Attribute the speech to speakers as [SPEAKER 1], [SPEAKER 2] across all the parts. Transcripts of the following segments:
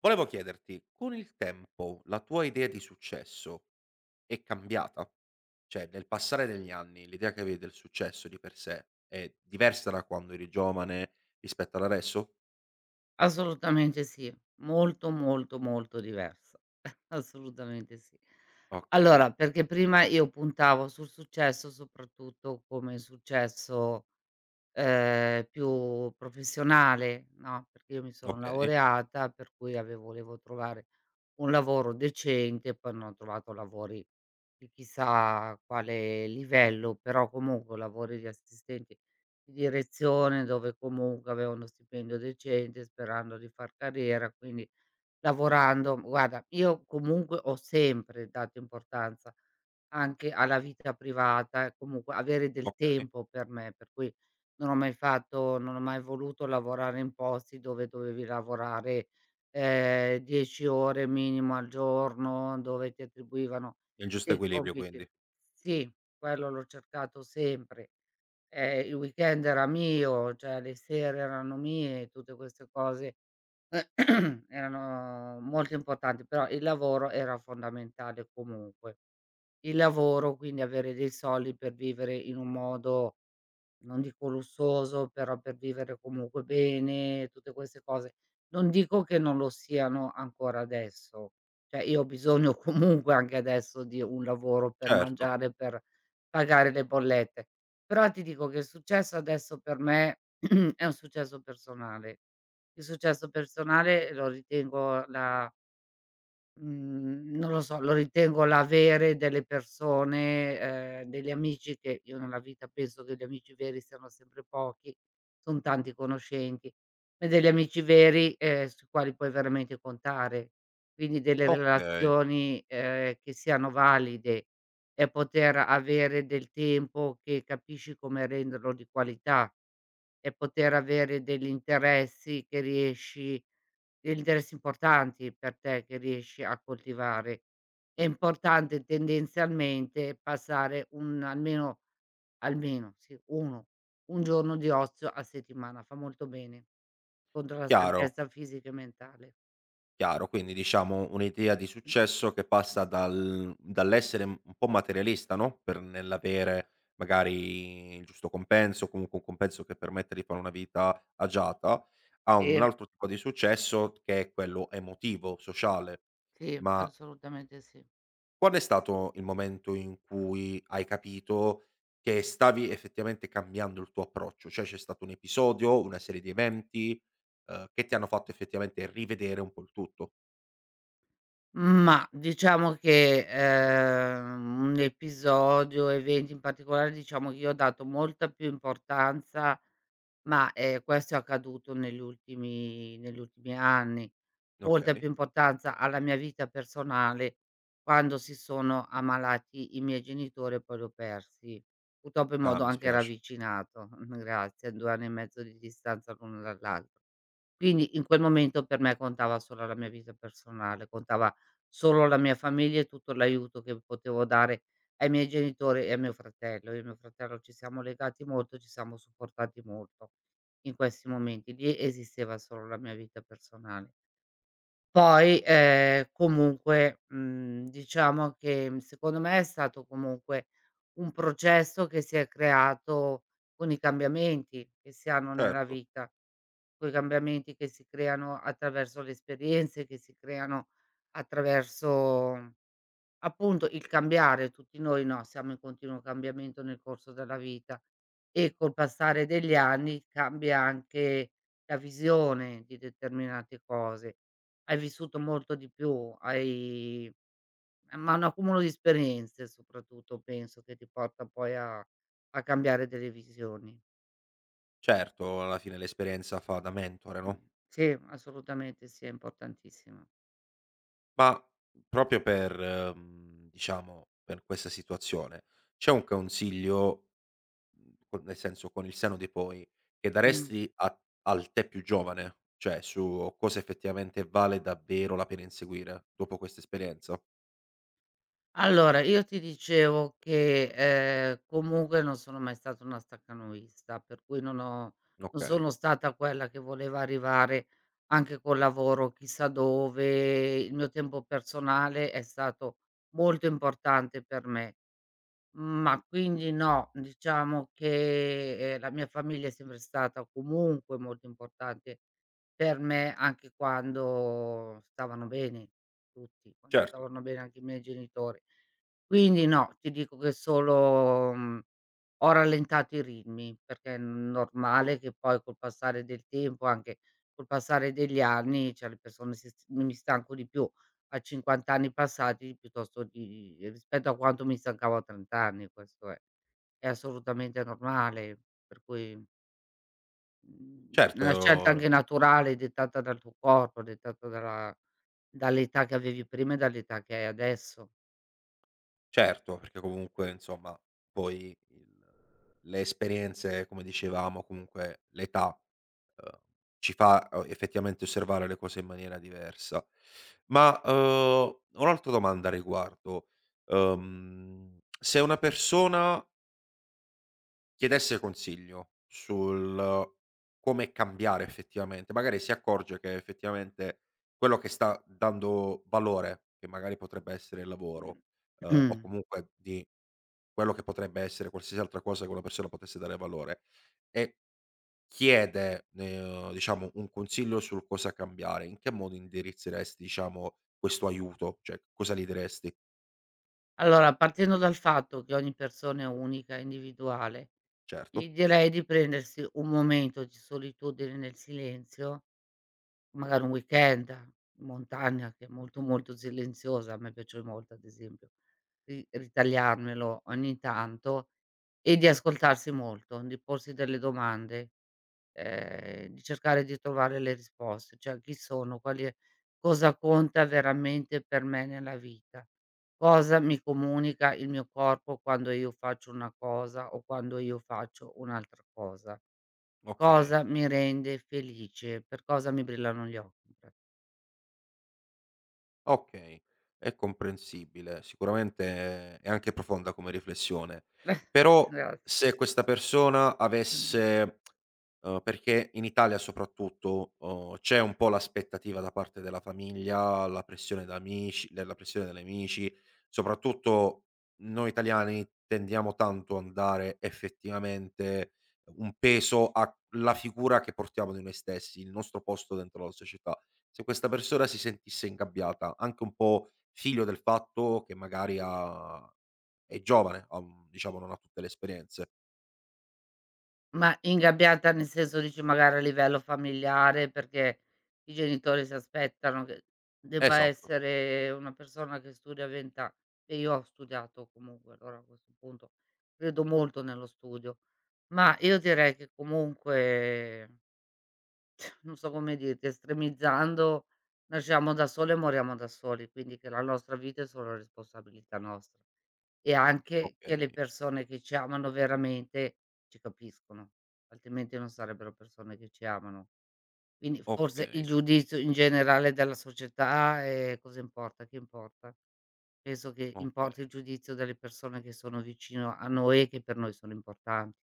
[SPEAKER 1] Volevo chiederti, con il tempo la tua idea di successo è cambiata? Cioè, nel passare degli anni, l'idea che avevi del successo di per sé è diversa da quando eri giovane rispetto ad adesso?
[SPEAKER 2] Assolutamente sì, molto, molto, molto diversa. Assolutamente sì.
[SPEAKER 1] Okay,
[SPEAKER 2] Allora, perché prima io puntavo sul successo soprattutto come successo, più professionale, no, perché io mi sono
[SPEAKER 1] okay,
[SPEAKER 2] laureata, per cui ave volevo trovare un lavoro decente. Poi non ho trovato lavori di chissà quale livello, però comunque lavori di assistenti di direzione, dove comunque avevo uno stipendio decente, sperando di far carriera. Quindi lavorando, guarda, io comunque ho sempre dato importanza anche alla vita privata e comunque avere del
[SPEAKER 1] okay.
[SPEAKER 2] tempo per me, per cui non ho mai voluto lavorare in posti dove dovevi lavorare 10 ore minimo al giorno, dove ti attribuivano
[SPEAKER 1] Il giusto
[SPEAKER 2] dei
[SPEAKER 1] equilibrio
[SPEAKER 2] compiti.
[SPEAKER 1] quindi.
[SPEAKER 2] Sì, quello l'ho cercato sempre. Il weekend era mio, cioè le sere erano mie, tutte queste cose erano molto importanti, però il lavoro era fondamentale comunque. Il lavoro, quindi avere dei soldi per vivere in un modo, non dico lussuoso, però per vivere comunque bene, tutte queste cose. Non dico che non lo siano ancora adesso, cioè io ho bisogno comunque anche adesso di un lavoro per
[SPEAKER 1] Certo,
[SPEAKER 2] mangiare, per pagare le bollette. Però ti dico che il successo adesso per me è un successo personale. Il successo personale lo ritengo non lo so, lo ritengo l'avere delle persone, degli amici. Che io nella vita penso che gli amici veri siano sempre pochi, son tanti i conoscenti, ma degli amici veri, sui quali puoi veramente contare. Quindi delle
[SPEAKER 1] okay,
[SPEAKER 2] relazioni, che siano valide, e poter avere del tempo che capisci come renderlo di qualità, e poter avere degli interessi importanti per te che riesci a coltivare. È importante tendenzialmente passare un almeno, almeno sì, 1, un giorno di ozio a settimana, fa molto bene contro la
[SPEAKER 1] chiaro.
[SPEAKER 2] stanchezza fisica e mentale.
[SPEAKER 1] Chiaro, quindi diciamo un'idea di
[SPEAKER 2] Mh,
[SPEAKER 1] successo che passa dall'essere un po' materialista, no, per nell'avere magari il giusto compenso, comunque un compenso che permette di fare una vita agiata, a un
[SPEAKER 2] sì,
[SPEAKER 1] altro tipo di successo che è quello emotivo, sociale.
[SPEAKER 2] sì,
[SPEAKER 1] Ma
[SPEAKER 2] assolutamente sì.
[SPEAKER 1] qual è stato il momento in cui hai capito che stavi effettivamente cambiando il tuo approccio? Cioè c'è stato un episodio, una serie di eventi, che ti hanno fatto effettivamente rivedere un po' il tutto?
[SPEAKER 2] Ma diciamo che, un episodio, eventi in particolare, diciamo che io ho dato molta più importanza. Ma, questo è accaduto negli ultimi anni. Molta
[SPEAKER 1] Okay.
[SPEAKER 2] più importanza alla mia vita personale quando si sono ammalati i miei genitori e poi li ho persi, purtroppo in
[SPEAKER 1] Ah,
[SPEAKER 2] modo
[SPEAKER 1] mi
[SPEAKER 2] anche
[SPEAKER 1] spiace.
[SPEAKER 2] ravvicinato. Grazie, a 2 anni e mezzo di distanza l'uno dall'altro. Quindi in quel momento per me contava solo la mia vita personale, contava solo la mia famiglia e tutto l'aiuto che potevo dare ai miei genitori e a mio fratello. Io e mio fratello ci siamo legati molto, ci siamo supportati molto in questi momenti. Lì esisteva solo la mia vita personale. Poi, comunque, diciamo che, secondo me è stato comunque un processo che si è creato con i cambiamenti che si hanno nella
[SPEAKER 1] Certo,
[SPEAKER 2] vita, coi cambiamenti che si creano attraverso le esperienze, che si creano attraverso appunto il cambiare. Tutti noi, no, siamo in continuo cambiamento nel corso della vita e col passare degli anni cambia anche la visione di determinate cose. Hai vissuto molto di più, hai, ma un accumulo di esperienze soprattutto penso che ti porta poi a cambiare delle visioni.
[SPEAKER 1] certo, alla fine l'esperienza fa da mentore, no,
[SPEAKER 2] Sì, assolutamente sì, è importantissimo.
[SPEAKER 1] ma proprio diciamo, per questa situazione, c'è un consiglio, con nel senso, con il senno di poi, che
[SPEAKER 2] Mh.
[SPEAKER 1] daresti a al te più giovane? Cioè, su cosa effettivamente vale davvero la pena inseguire dopo questa esperienza?
[SPEAKER 2] Allora, io ti dicevo che, comunque non sono mai stata una staccanoista, per cui non
[SPEAKER 1] Okay,
[SPEAKER 2] sono stata quella che voleva arrivare anche col lavoro chissà dove. Il mio tempo personale è stato molto importante per me. Ma quindi no, diciamo che, la mia famiglia è sempre stata comunque molto importante per me, anche quando stavano bene tutti, quando
[SPEAKER 1] certo,
[SPEAKER 2] stavano bene anche i miei genitori. Quindi no, ti dico che solo, ho rallentato i ritmi, perché è normale che poi col passare del tempo, anche col passare degli anni, cioè le persone si s mi stanco di più a 50 anni passati piuttosto di, rispetto a quanto mi stancavo a 30 anni, questo è. È assolutamente normale, per cui, mhmm, è una scelta anche
[SPEAKER 1] certo.
[SPEAKER 2] naturale, dettata dal tuo corpo, dettata dalla dall'età che avevi prima e dall'età che hai adesso.
[SPEAKER 1] Certo, perché comunque insomma poi il le esperienze, come dicevamo, comunque l'età, uhm, ci fa, effettivamente osservare le cose in maniera diversa. Ma, ho un'altra domanda a riguardo. Se una persona chiedesse consiglio sul come cambiare effettivamente, magari si accorge che effettivamente quello che sta dando valore, che magari potrebbe essere il lavoro, o comunque di quello che potrebbe essere qualsiasi altra cosa che una persona potesse dare valore e chiede, diciamo un consiglio sul cosa cambiare, in che modo indirizzeresti, diciamo, questo aiuto? Cioè, cosa gli diresti?
[SPEAKER 2] Allora, partendo dal fatto che ogni persona è unica, individuale, gli
[SPEAKER 1] Certo.
[SPEAKER 2] direi di prendersi un momento di solitudine nel silenzio, magari un weekend in montagna che è molto, molto silenziosa, a me piace molto ad esempio, ri ritagliarmelo ogni tanto, e di ascoltarsi molto, di porsi delle domande, di cercare di trovare le risposte, cioè chi sono, quali è cosa conta veramente per me nella vita, cosa mi comunica il mio corpo quando io faccio una cosa o quando io faccio un'altra cosa,
[SPEAKER 1] Okay.
[SPEAKER 2] cosa mi rende felice, per cosa mi brillano gli occhi. In pratica.
[SPEAKER 1] Okay, è comprensibile. Sicuramente è anche profonda come riflessione. Però
[SPEAKER 2] Grazie.
[SPEAKER 1] se questa persona avesse perché in Italia soprattutto, c'è un po' l'aspettativa da parte della famiglia, la pressione da amici della pressione degli amici, soprattutto noi italiani tendiamo tanto a dare effettivamente un peso alla figura che portiamo di noi stessi, il nostro posto dentro la società, se questa persona si sentisse ingabbiata, anche un po' figlio del fatto che magari ha è giovane, ha un diciamo non ha tutte le esperienze.
[SPEAKER 2] Ma ingabbiata nel senso, dici magari a livello familiare, perché i genitori si aspettano che debba
[SPEAKER 1] Esatto,
[SPEAKER 2] essere una persona che studia 20 a e io ho studiato comunque, allora a questo punto credo molto nello studio. Ma io direi che comunque, non so come dirti, estremizzando, nasciamo da soli e moriamo da soli, quindi che la nostra vita è solo responsabilità nostra. E anche che
[SPEAKER 1] okay,
[SPEAKER 2] le persone che ci amano veramente ci capiscono, altrimenti non sarebbero persone che ci amano. Quindi forse il
[SPEAKER 1] okay,
[SPEAKER 2] giudizio in generale della società, cosa importa, che importa? Penso che importi il
[SPEAKER 1] okay.
[SPEAKER 2] giudizio delle persone che sono vicino a noi e che per noi sono importanti.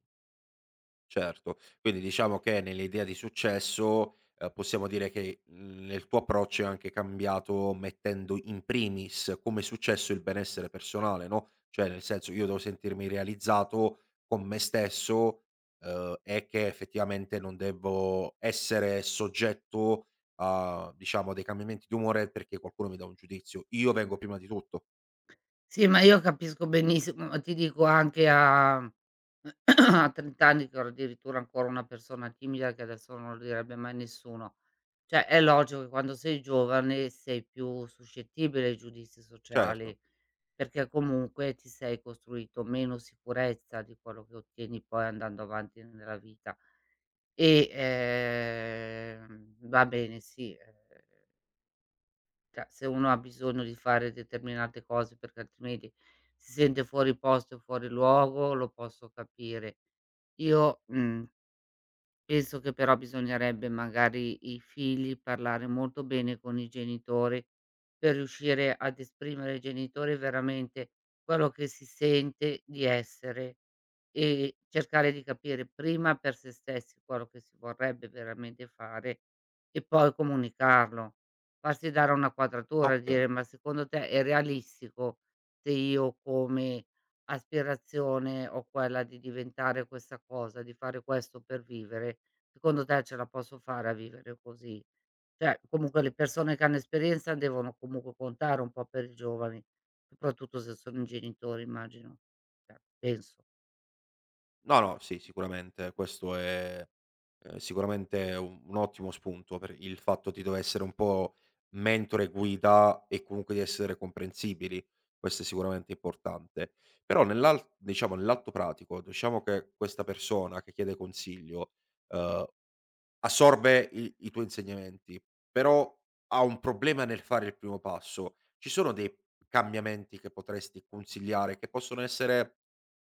[SPEAKER 1] Certo. Quindi diciamo che nell'idea di successo, possiamo dire che, nel tuo approccio è anche cambiato mettendo in primis come successo il benessere personale, no, cioè nel senso: "Io devo sentirmi realizzato con me stesso, e che effettivamente non devo essere soggetto a, diciamo, dei cambiamenti d'umore perché qualcuno mi dà un giudizio. Io vengo prima di tutto."
[SPEAKER 2] Sì, ma io capisco benissimo, ma ti dico anche, a a 30 anni che ero addirittura ancora una persona timida, che adesso non lo direbbe mai nessuno. Cioè è logico che quando sei giovane sei più suscettibile ai giudizi
[SPEAKER 1] Certo,
[SPEAKER 2] sociali, perché comunque ti sei costruito meno sicurezza di quello che ottieni poi andando avanti nella vita. E, va bene sì, cioè, se uno ha bisogno di fare determinate cose perché altrimenti si sente fuori posto e fuori luogo, lo posso capire. Io, mhmm penso che però bisognerebbe, magari i figli, parlare molto bene con i genitori, per riuscire ad esprimere ai genitori veramente quello che si sente di essere, e cercare di capire prima per se stessi quello che si vorrebbe veramente fare, e poi comunicarlo. Farsi dare una quadratura e
[SPEAKER 1] oka
[SPEAKER 2] dire: "Ma secondo te è realistico, se io come aspirazione ho quella di diventare questa cosa, di fare questo per vivere? Secondo te ce la posso fare a vivere così?" Cioè, comunque le persone che hanno esperienza devono comunque contare un po' per i giovani, soprattutto se sono i genitori, immagino, cioè penso.
[SPEAKER 1] No, no, sì, sicuramente questo è, sicuramente un ottimo spunto per il fatto di dover essere un po' mentore, guida e comunque di essere comprensibili. Questo è sicuramente importante. Però nell'al diciamo nell'atto pratico, diciamo che questa persona che chiede consiglio, uhm assorbe i tuoi insegnamenti, però ha un problema nel fare il primo passo. Ci sono dei cambiamenti che potresti consigliare, che possono essere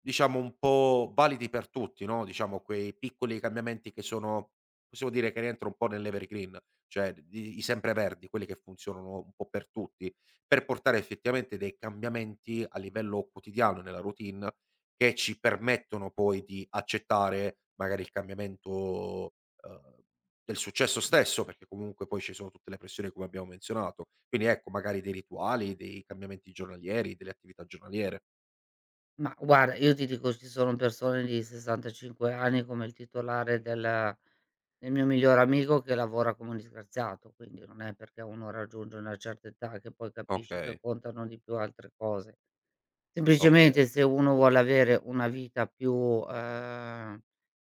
[SPEAKER 1] diciamo un po' validi per tutti, no, diciamo quei piccoli cambiamenti che sono possiamo dire che rientrano un po' nell'evergreen, cioè di i sempreverdi, quelli che funzionano un po' per tutti, per portare effettivamente dei cambiamenti a livello quotidiano nella routine, che ci permettono poi di accettare magari il cambiamento uhm, del successo stesso, perché comunque poi ci sono tutte le pressioni come abbiamo menzionato. Quindi ecco, magari dei rituali, dei cambiamenti giornalieri, delle attività giornaliere.
[SPEAKER 2] Ma guarda, io ti dico, ci sono persone di 65 anni come il titolare del mio migliore amico che lavora come un disgraziato, quindi non è perché uno raggiunge una certa età che poi capisce che
[SPEAKER 1] Okay,
[SPEAKER 2] contano di più altre cose.
[SPEAKER 1] okay,
[SPEAKER 2] Semplicemente se uno vuole avere una vita più,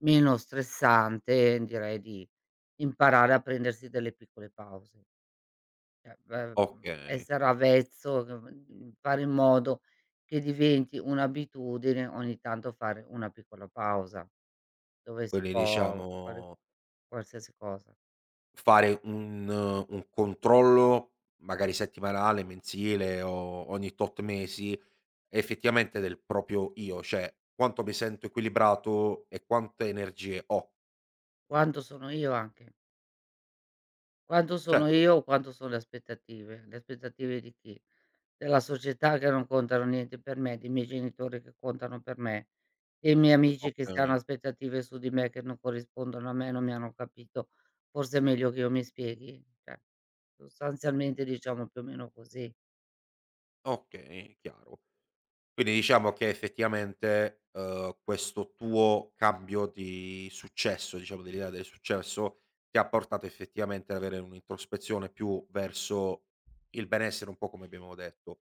[SPEAKER 2] meno stressante, direi di imparare a prendersi delle piccole pause. Cioè,
[SPEAKER 1] okay.
[SPEAKER 2] essere avvezzo, fare in modo che diventi un'abitudine ogni tanto fare una piccola pausa, dove si
[SPEAKER 1] Quindi
[SPEAKER 2] può fare
[SPEAKER 1] diciamo
[SPEAKER 2] qualsiasi cosa.
[SPEAKER 1] fare un controllo magari settimanale, mensile o ogni tot mesi, effettivamente del proprio io, cioè quanto mi sento equilibrato e quante energie ho.
[SPEAKER 2] Quanto sono io anche. Quanto sono
[SPEAKER 1] Certo,
[SPEAKER 2] io o quanto sono le aspettative? Le aspettative di chi? Della società, che non contano niente per me, dei miei genitori, che contano per me, dei miei amici che s hanno
[SPEAKER 1] okay.
[SPEAKER 2] aspettative su di me che non corrispondono a me, non mi hanno capito. Forse è meglio che io mi spieghi, cioè sostanzialmente diciamo più o meno così.
[SPEAKER 1] Okay, okay, chiaro. Quindi diciamo che effettivamente, questo tuo cambio di successo, diciamo dell'idea del successo, ti ha portato effettivamente ad avere un'introspezione più verso il benessere, un po' come abbiamo detto.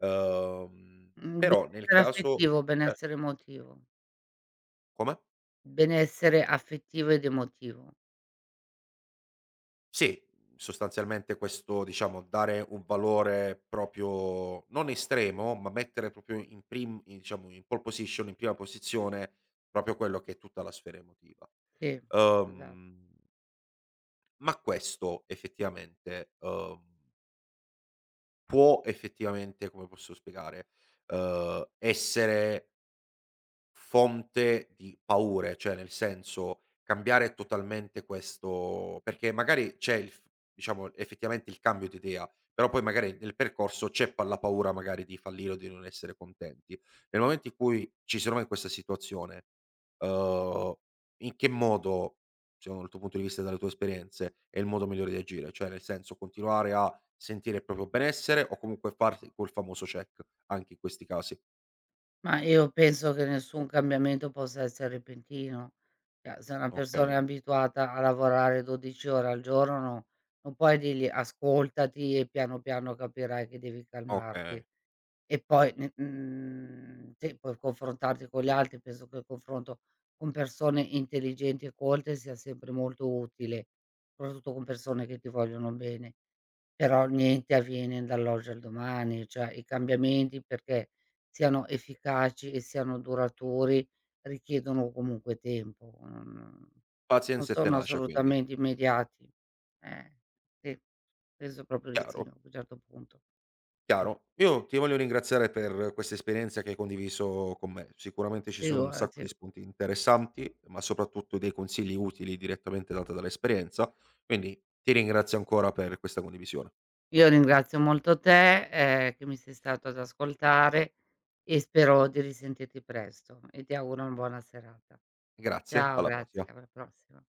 [SPEAKER 2] Mhmm,
[SPEAKER 1] Però nel
[SPEAKER 2] Benessere
[SPEAKER 1] caso
[SPEAKER 2] affettivo,
[SPEAKER 1] certo.
[SPEAKER 2] benessere emotivo.
[SPEAKER 1] Come?
[SPEAKER 2] Benessere affettivo ed emotivo.
[SPEAKER 1] Sì, sostanzialmente questo diciamo dare un valore proprio non estremo, ma mettere proprio in prim in diciamo in pole position, in prima posizione, proprio quello che è tutta la sfera emotiva.
[SPEAKER 2] Sì, esa
[SPEAKER 1] Uhm, ma questo effettivamente, può effettivamente, come posso spiegare, essere fonte di paure, cioè nel senso cambiare totalmente questo perché magari c'è il f diciamo effettivamente il cambio di idea, però poi magari nel percorso ceppa la paura magari di fallire o di non essere contenti. Nel momento in cui ci si trova in questa situazione, uhm, in che modo, secondo il tuo punto di vista e dalle tue esperienze, è il modo migliore di agire? Cioè nel senso continuare a sentire il proprio benessere o comunque farsi quel famoso check anche in questi casi?
[SPEAKER 2] ma io penso che nessun cambiamento possa essere repentino. Cioè, se una persona è
[SPEAKER 1] Okay,
[SPEAKER 2] abituata a lavorare 12 ore al giorno, no, non puoi dirgli: "Ascoltati e piano, piano capirai che devi calmarti."
[SPEAKER 1] okay.
[SPEAKER 2] E poi sì, puoi confrontarti con gli altri, penso che il confronto con persone intelligenti e colte sia sempre molto utile, soprattutto con persone che ti vogliono bene. Però niente avviene dall'oggi al domani, cioè i cambiamenti, perché siano efficaci e siano duraturi, richiedono comunque tempo, non
[SPEAKER 1] Pazienza e
[SPEAKER 2] sono
[SPEAKER 1] tenacia quindi.
[SPEAKER 2] assolutamente immediati. Eh, sì, penso proprio di sì,
[SPEAKER 1] Chiaro,
[SPEAKER 2] a un certo punto. Sì,
[SPEAKER 1] chiaro. Io ti voglio ringraziare per questa esperienza che hai condiviso con me. Sicuramente ci sono un sacco
[SPEAKER 2] figurati.
[SPEAKER 1] di spunti interessanti, ma soprattutto dei consigli utili direttamente data dall'esperienza, quindi ti ringrazio ancora per questa condivisione.
[SPEAKER 2] Io ringrazio molto te, che mi sei stato ad ascoltare, e spero di risentirti presto e ti auguro una buona serata.
[SPEAKER 1] Grazie,
[SPEAKER 2] Ciao,
[SPEAKER 1] alla
[SPEAKER 2] grazie,
[SPEAKER 1] prossima.
[SPEAKER 2] alla prossima.